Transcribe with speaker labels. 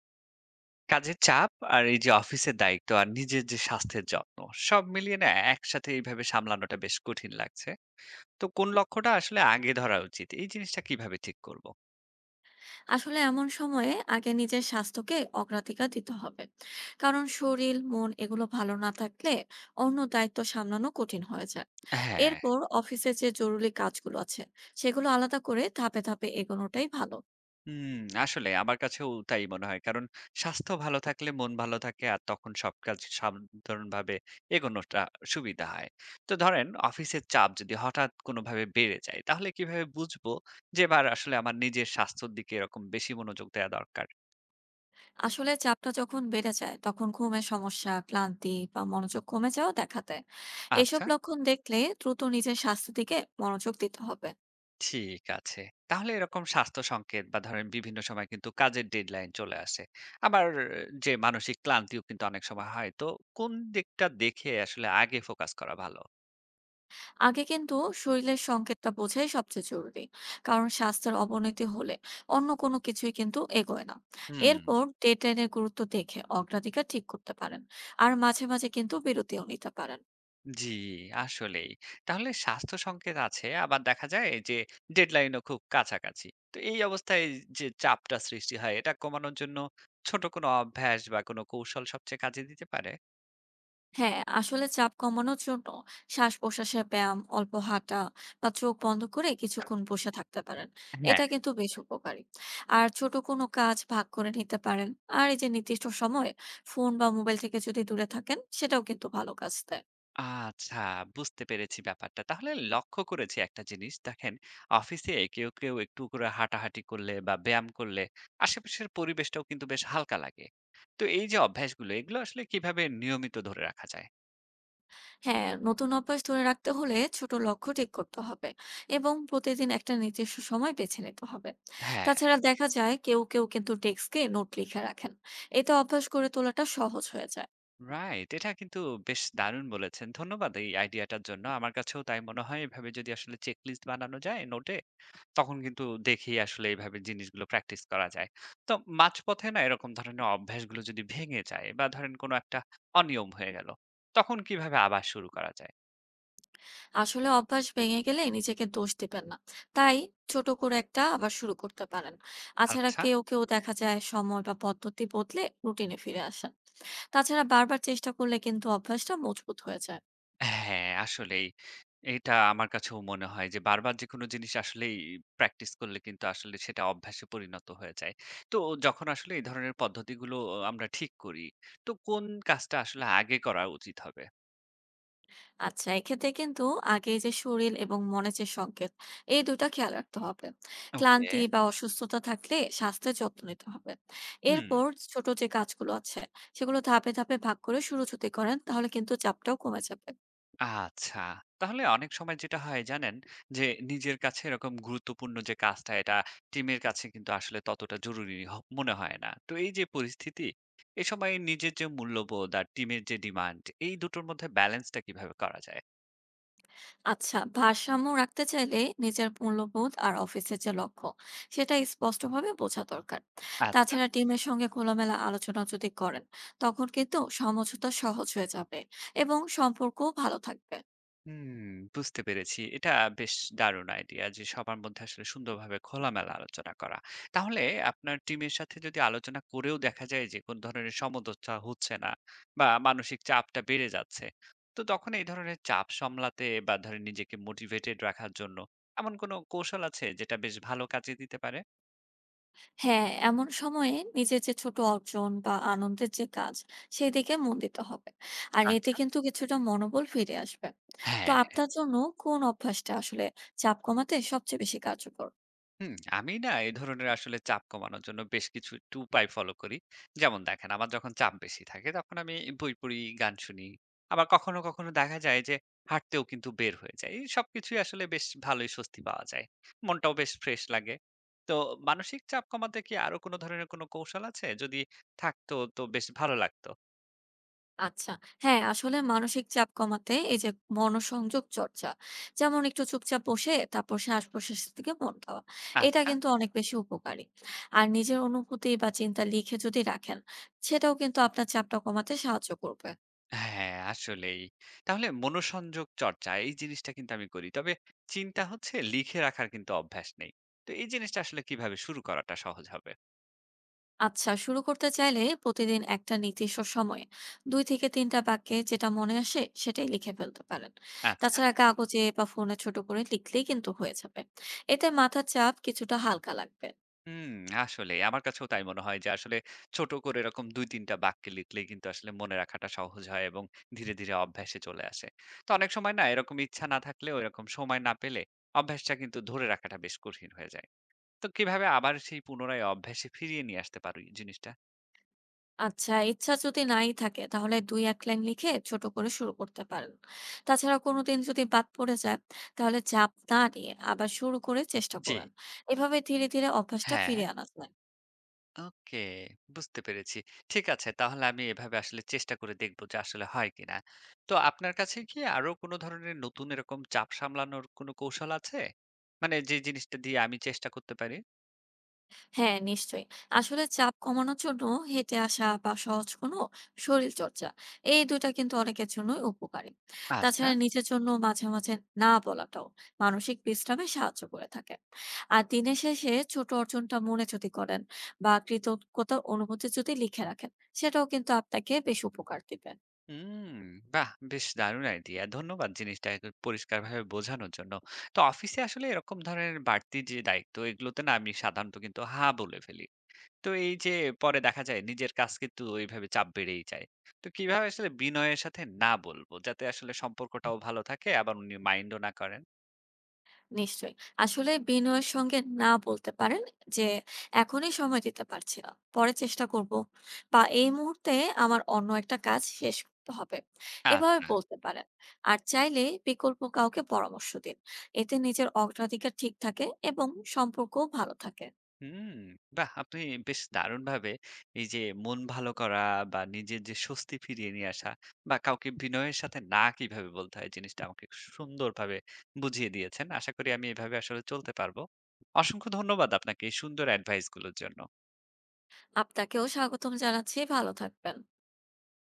Speaker 1: কাজের চাপ আর এই যে অফিসের দায়িত্ব আর নিজের যে স্বাস্থ্যের যত্ন সব মিলিয়ে না একসাথে এইভাবে সামলানোটা বেশ কঠিন লাগছে। তো কোন লক্ষ্যটা আসলে আগে ধরা উচিত, এই জিনিসটা কিভাবে ঠিক করব?
Speaker 2: আসলে এমন সময়ে আগে নিজের স্বাস্থ্যকে অগ্রাধিকার দিতে হবে। কারণ শরীর মন এগুলো ভালো না থাকলে অন্য দায়িত্ব সামলানো কঠিন হয়ে যায়।
Speaker 1: হ্যাঁ।
Speaker 2: এরপর অফিসে যে জরুরি কাজগুলো আছে সেগুলো আলাদা করে ধাপে ধাপে এগোনোটাই ভালো।
Speaker 1: হুম। আসলে আমার কাছেও তাই মনে হয়, কারণ স্বাস্থ্য ভালো থাকলে মন ভালো থাকে আর তখন সব কাজ সাধারণভাবে এগোনোটা সুবিধা হয়। তো ধরেন অফিসের চাপ যদি হঠাৎ কোনোভাবে বেড়ে যায় তাহলে কিভাবে বুঝবো যে এবার আসলে আমার নিজের স্বাস্থ্যের দিকে এরকম বেশি মনোযোগ দেওয়া দরকার?
Speaker 2: আসলে চাপটা যখন বেড়ে যায় তখন ঘুমের সমস্যা, ক্লান্তি বা মনোযোগ কমে যাওয়া দেখা দেয়। এসব
Speaker 1: আচ্ছা।
Speaker 2: লক্ষণ দেখলে দ্রুত নিজের স্বাস্থ্যের দিকে মনোযোগ দিতে হবে।
Speaker 1: ঠিক আছে। তাহলে এরকম স্বাস্থ্য সংকেত বা ধরেন বিভিন্ন সময় কিন্তু কাজের ডেডলাইন চলে আসে। আবার যে মানসিক ক্লান্তিও কিন্তু অনেক সময় হয়। তো কোন দিকটা দেখে আসলে আগে ফোকাস করা ভালো?
Speaker 2: আগে কিন্তু শরীরের সংকেতটা বোঝাই সবচেয়ে জরুরি, কারণ স্বাস্থ্যের অবনতি হলে অন্য কোনো কিছুই কিন্তু এগোয় না।
Speaker 1: হুম।
Speaker 2: এরপর ডেডলাইনের গুরুত্ব দেখে অগ্রাধিকার ঠিক করতে পারেন, আর মাঝে মাঝে কিন্তু বিরতিও নিতে পারেন।
Speaker 1: জি, আসলেই। তাহলে স্বাস্থ্য সংকেত আছে, আবার দেখা যায় যে ডেডলাইনও খুব কাছাকাছি। তো এই অবস্থায় যে চাপটা সৃষ্টি হয় এটা কমানোর জন্য ছোট কোনো অভ্যাস বা কোনো কৌশল সবচেয়ে কাজে দিতে পারে?
Speaker 2: হ্যাঁ, আসলে চাপ কমানোর জন্য শ্বাস প্রশ্বাসের ব্যায়াম, অল্প হাঁটা বা চোখ বন্ধ করে কিছুক্ষণ বসে থাকতে পারেন।
Speaker 1: হ্যাঁ।
Speaker 2: এটা কিন্তু বেশ উপকারী। আর ছোট কোনো কাজ ভাগ করে নিতে পারেন। আর এই যে নির্দিষ্ট সময়ে ফোন বা মোবাইল থেকে যদি দূরে থাকেন, সেটাও কিন্তু ভালো কাজ দেয়।
Speaker 1: আচ্ছা, বুঝতে পেরেছি ব্যাপারটা। তাহলে লক্ষ্য করেছি একটা জিনিস। দেখেন, অফিসে কেউ কেউ একটু করে হাঁটাহাঁটি করলে বা ব্যায়াম করলে আশেপাশের পরিবেশটাও কিন্তু বেশ হালকা লাগে। তো এই যে অভ্যাসগুলো, এগুলো আসলে কিভাবে নিয়মিত ধরে রাখা যায়?
Speaker 2: হ্যাঁ, নতুন অভ্যাস ধরে রাখতে হলে ছোট লক্ষ্য ঠিক করতে হবে এবং প্রতিদিন একটা নির্দিষ্ট সময় বেছে নিতে হবে।
Speaker 1: হ্যাঁ।
Speaker 2: তাছাড়া দেখা যায় কেউ কেউ কিন্তু ডেস্কে নোট লিখে রাখেন। এতে অভ্যাস গড়ে তোলাটা সহজ হয়ে যায়।
Speaker 1: রাইট। এটা কিন্তু বেশ দারুণ বলেছেন। ধন্যবাদ এই আইডিয়াটার জন্য। আমার কাছেও তাই মনে হয়, এভাবে যদি আসলে চেকলিস্ট বানানো যায় নোটে, তখন কিন্তু দেখি আসলে এইভাবে জিনিসগুলো প্র্যাকটিস করা যায়। তো মাঝপথে না এরকম ধরনের অভ্যাসগুলো যদি ভেঙে যায় বা ধরেন কোনো একটা অনিয়ম হয়ে গেল, তখন কিভাবে আবার শুরু করা যায়?
Speaker 2: আসলে অভ্যাস ভেঙে গেলে নিজেকে দোষ দিবেন না। তাই ছোট করে একটা আবার শুরু করতে পারেন। তাছাড়া
Speaker 1: আচ্ছা।
Speaker 2: কেউ কেউ দেখা যায় সময় বা পদ্ধতি বদলে রুটিনে ফিরে আসেন। তাছাড়া বারবার চেষ্টা করলে কিন্তু অভ্যাসটা মজবুত হয়ে যায়।
Speaker 1: হ্যাঁ, আসলেই। এটা আমার কাছেও মনে হয় যে বারবার যেকোনো জিনিস আসলেই প্র্যাকটিস করলে কিন্তু আসলে সেটা অভ্যাসে পরিণত হয়ে যায়। তো যখন আসলে এই ধরনের পদ্ধতিগুলো আমরা ঠিক করি, তো কোন কাজটা আসলে আগে করা উচিত হবে?
Speaker 2: আচ্ছা, এক্ষেত্রে কিন্তু আগে যে শরীর এবং মনের যে সংকেত, এই দুটা খেয়াল রাখতে হবে।
Speaker 1: ওকে,
Speaker 2: ক্লান্তি বা অসুস্থতা থাকলে স্বাস্থ্যের যত্ন নিতে হবে।
Speaker 1: হুম।
Speaker 2: এরপর ছোট যে কাজগুলো আছে সেগুলো ধাপে ধাপে ভাগ করে শুরু যদি করেন, তাহলে কিন্তু চাপটাও কমে যাবে।
Speaker 1: আচ্ছা। তাহলে অনেক সময় যেটা হয় জানেন? যে নিজের কাছে এরকম গুরুত্বপূর্ণ যে কাজটা, এটা টিমের কাছে কিন্তু আসলে ততটা জরুরি হ মনে হয় না। তো এই যে পরিস্থিতি, এ সময় নিজের যে মূল্যবোধ আর টিমের যে ডিমান্ড, এই দুটোর মধ্যে ব্যালেন্সটা কিভাবে করা যায়?
Speaker 2: আচ্ছা, ভারসাম্য রাখতে চাইলে নিজের মূল্যবোধ আর অফিসের যে লক্ষ্য, সেটা স্পষ্টভাবে বোঝা দরকার।
Speaker 1: আচ্ছা।
Speaker 2: তাছাড়া টিমের সঙ্গে খোলামেলা আলোচনা যদি করেন, তখন কিন্তু সমঝোতা সহজ হয়ে যাবে এবং সম্পর্কও ভালো থাকবে।
Speaker 1: হুম, বুঝতে পেরেছি। এটা বেশ দারুণ আইডিয়া যে সবার মধ্যে আসলে সুন্দরভাবে খোলামেলা আলোচনা করা। তাহলে আপনার টিমের সাথে যদি আলোচনা করেও দেখা যায় যে কোন ধরনের সমঝোতা হচ্ছে না বা মানসিক চাপটা বেড়ে যাচ্ছে, তো তখন এই ধরনের চাপ সামলাতে বা ধরেন নিজেকে মোটিভেটেড রাখার জন্য এমন কোনো কৌশল আছে যেটা বেশ ভালো কাজে দিতে পারে?
Speaker 2: হ্যাঁ, এমন সময়ে নিজের যে ছোট অর্জন বা আনন্দের যে কাজ, সেদিকে মন দিতে হবে। আর এতে
Speaker 1: আচ্ছা।
Speaker 2: কিন্তু কিছুটা মনোবল ফিরে আসবে। তো
Speaker 1: হ্যাঁ।
Speaker 2: আপনার জন্য কোন অভ্যাসটা আসলে চাপ কমাতে সবচেয়ে বেশি কার্যকর?
Speaker 1: হুম, আমি না এই ধরনের আসলে চাপ কমানোর জন্য বেশ কিছু একটু উপায় ফলো করি। যেমন দেখেন, আমার যখন চাপ বেশি থাকে তখন আমি বই পড়ি, গান শুনি। আবার কখনো কখনো দেখা যায় যে হাঁটতেও কিন্তু বের হয়ে যাই। সবকিছুই আসলে বেশ ভালোই স্বস্তি পাওয়া যায়। মনটাও বেশ ফ্রেশ লাগে। তো মানসিক চাপ কমাতে কি আরো কোনো ধরনের কোনো কৌশল আছে? যদি থাকতো তো বেশ ভালো লাগতো।
Speaker 2: আচ্ছা। হ্যাঁ, আসলে মানসিক চাপ কমাতে এই যে মনোসংযোগ চর্চা, যেমন একটু চুপচাপ বসে তারপর শ্বাস-প্রশ্বাসের দিকে মন দেওয়া। এটা
Speaker 1: আচ্ছা।
Speaker 2: কিন্তু অনেক বেশি উপকারী। আর নিজের অনুভূতি বা চিন্তা লিখে যদি রাখেন, সেটাও কিন্তু আপনার চাপটা কমাতে সাহায্য করবে।
Speaker 1: হ্যাঁ, আসলেই। তাহলে মনোসংযোগ চর্চা এই জিনিসটা কিন্তু আমি করি। তবে চিন্তা হচ্ছে লিখে রাখার কিন্তু অভ্যাস নেই। তো এই জিনিসটা আসলে কিভাবে শুরু করাটা সহজ হবে?
Speaker 2: আচ্ছা, শুরু করতে চাইলে প্রতিদিন একটা নির্দিষ্ট সময়ে দুই থেকে তিনটা বাক্যে যেটা মনে আসে সেটাই লিখে ফেলতে পারেন।
Speaker 1: আচ্ছা।
Speaker 2: তাছাড়া কাগজে বা ফোনে ছোট করে লিখলেই কিন্তু হয়ে যাবে। এতে মাথার চাপ কিছুটা হালকা লাগবে।
Speaker 1: হুম, আসলেই। আমার কাছেও তাই মনে হয় যে আসলে ছোট করে এরকম ২-৩ টা বাক্যে লিখলেই কিন্তু আসলে মনে রাখাটা সহজ হয় এবং ধীরে ধীরে অভ্যাসে চলে আসে। তো অনেক সময় না এরকম ইচ্ছা না থাকলেও এরকম সময় না পেলে অভ্যাসটা কিন্তু ধরে রাখাটা বেশ কঠিন হয়ে যায়। তো কিভাবে আবার সেই পুনরায় অভ্যাসে ফিরিয়ে নিয়ে আসতে পারি জিনিসটা?
Speaker 2: আচ্ছা, ইচ্ছা যদি নাই থাকে তাহলে দুই এক লাইন লিখে ছোট করে শুরু করতে পারেন। তাছাড়া কোনোদিন যদি বাদ পড়ে যায়, তাহলে চাপ না নিয়ে আবার শুরু করে চেষ্টা
Speaker 1: জি।
Speaker 2: করেন। এভাবে ধীরে ধীরে অভ্যাসটা
Speaker 1: হ্যাঁ।
Speaker 2: ফিরে আনা যায়।
Speaker 1: ওকে, বুঝতে পেরেছি। ঠিক আছে, তাহলে আমি এভাবে আসলে চেষ্টা করে দেখব যে আসলে হয় কিনা। তো আপনার কাছে কি আরো কোনো ধরনের নতুন এরকম চাপ সামলানোর কোনো কৌশল আছে? মানে যে জিনিসটা দিয়ে আমি চেষ্টা করতে পারি?
Speaker 2: হ্যাঁ, নিশ্চয়ই। আসলে চাপ কমানোর জন্য হেঁটে আসা বা সহজ কোনো শরীর চর্চা, এই দুটা কিন্তু অনেকের জন্যই উপকারী।
Speaker 1: আচ্ছা।
Speaker 2: তাছাড়া নিজের জন্য মাঝে মাঝে না বলাটাও মানসিক বিশ্রামে সাহায্য করে থাকে। আর দিনের শেষে ছোট অর্জনটা মনে যদি করেন বা কৃতজ্ঞতার অনুভূতি যদি লিখে রাখেন, সেটাও কিন্তু আপনাকে বেশ উপকার দিবে।
Speaker 1: হুম, বাহ! বেশ দারুণ আইডিয়া। ধন্যবাদ জিনিসটা এত পরিষ্কারভাবে বোঝানোর জন্য। তো অফিসে আসলে এরকম ধরনের বাড়তি যে দায়িত্ব, এগুলোতে না আমি সাধারণত কিন্তু হা বলে ফেলি। তো এই যে, পরে দেখা যায় নিজের কাজ কিন্তু ওইভাবে চাপ বেড়েই যায়। তো কিভাবে আসলে বিনয়ের সাথে না বলবো? যাতে আসলে সম্পর্কটাও ভালো থাকে আবার উনি মাইন্ডও না করেন?
Speaker 2: নিশ্চয়ই। আসলে বিনয়ের সঙ্গে না বলতে পারেন যে, "এখনই সময় দিতে পারছি না। পরে চেষ্টা করব।" বা "এই মুহূর্তে আমার অন্য একটা কাজ শেষ করতে হবে।" এভাবে
Speaker 1: আচ্ছা।
Speaker 2: বলতে পারেন। আর চাইলে বিকল্প কাউকে পরামর্শ দিন। এতে নিজের অগ্রাধিকার ঠিক থাকে এবং সম্পর্কও ভালো থাকে।
Speaker 1: হুম, বাহ! আপনি বেশ দারুণভাবে এই যে মন ভালো করা বা নিজের যে স্বস্তি ফিরিয়ে নিয়ে আসা বা কাউকে বিনয়ের সাথে না কিভাবে বলতে হয় জিনিসটা আমাকে সুন্দরভাবে বুঝিয়ে দিয়েছেন। আশা করি আমি এভাবে আসলে চলতে পারবো। অসংখ্য ধন্যবাদ আপনাকে এই সুন্দর অ্যাডভাইস গুলোর জন্য।
Speaker 2: আপনাকেও স্বাগতম জানাচ্ছি। ভালো থাকবেন।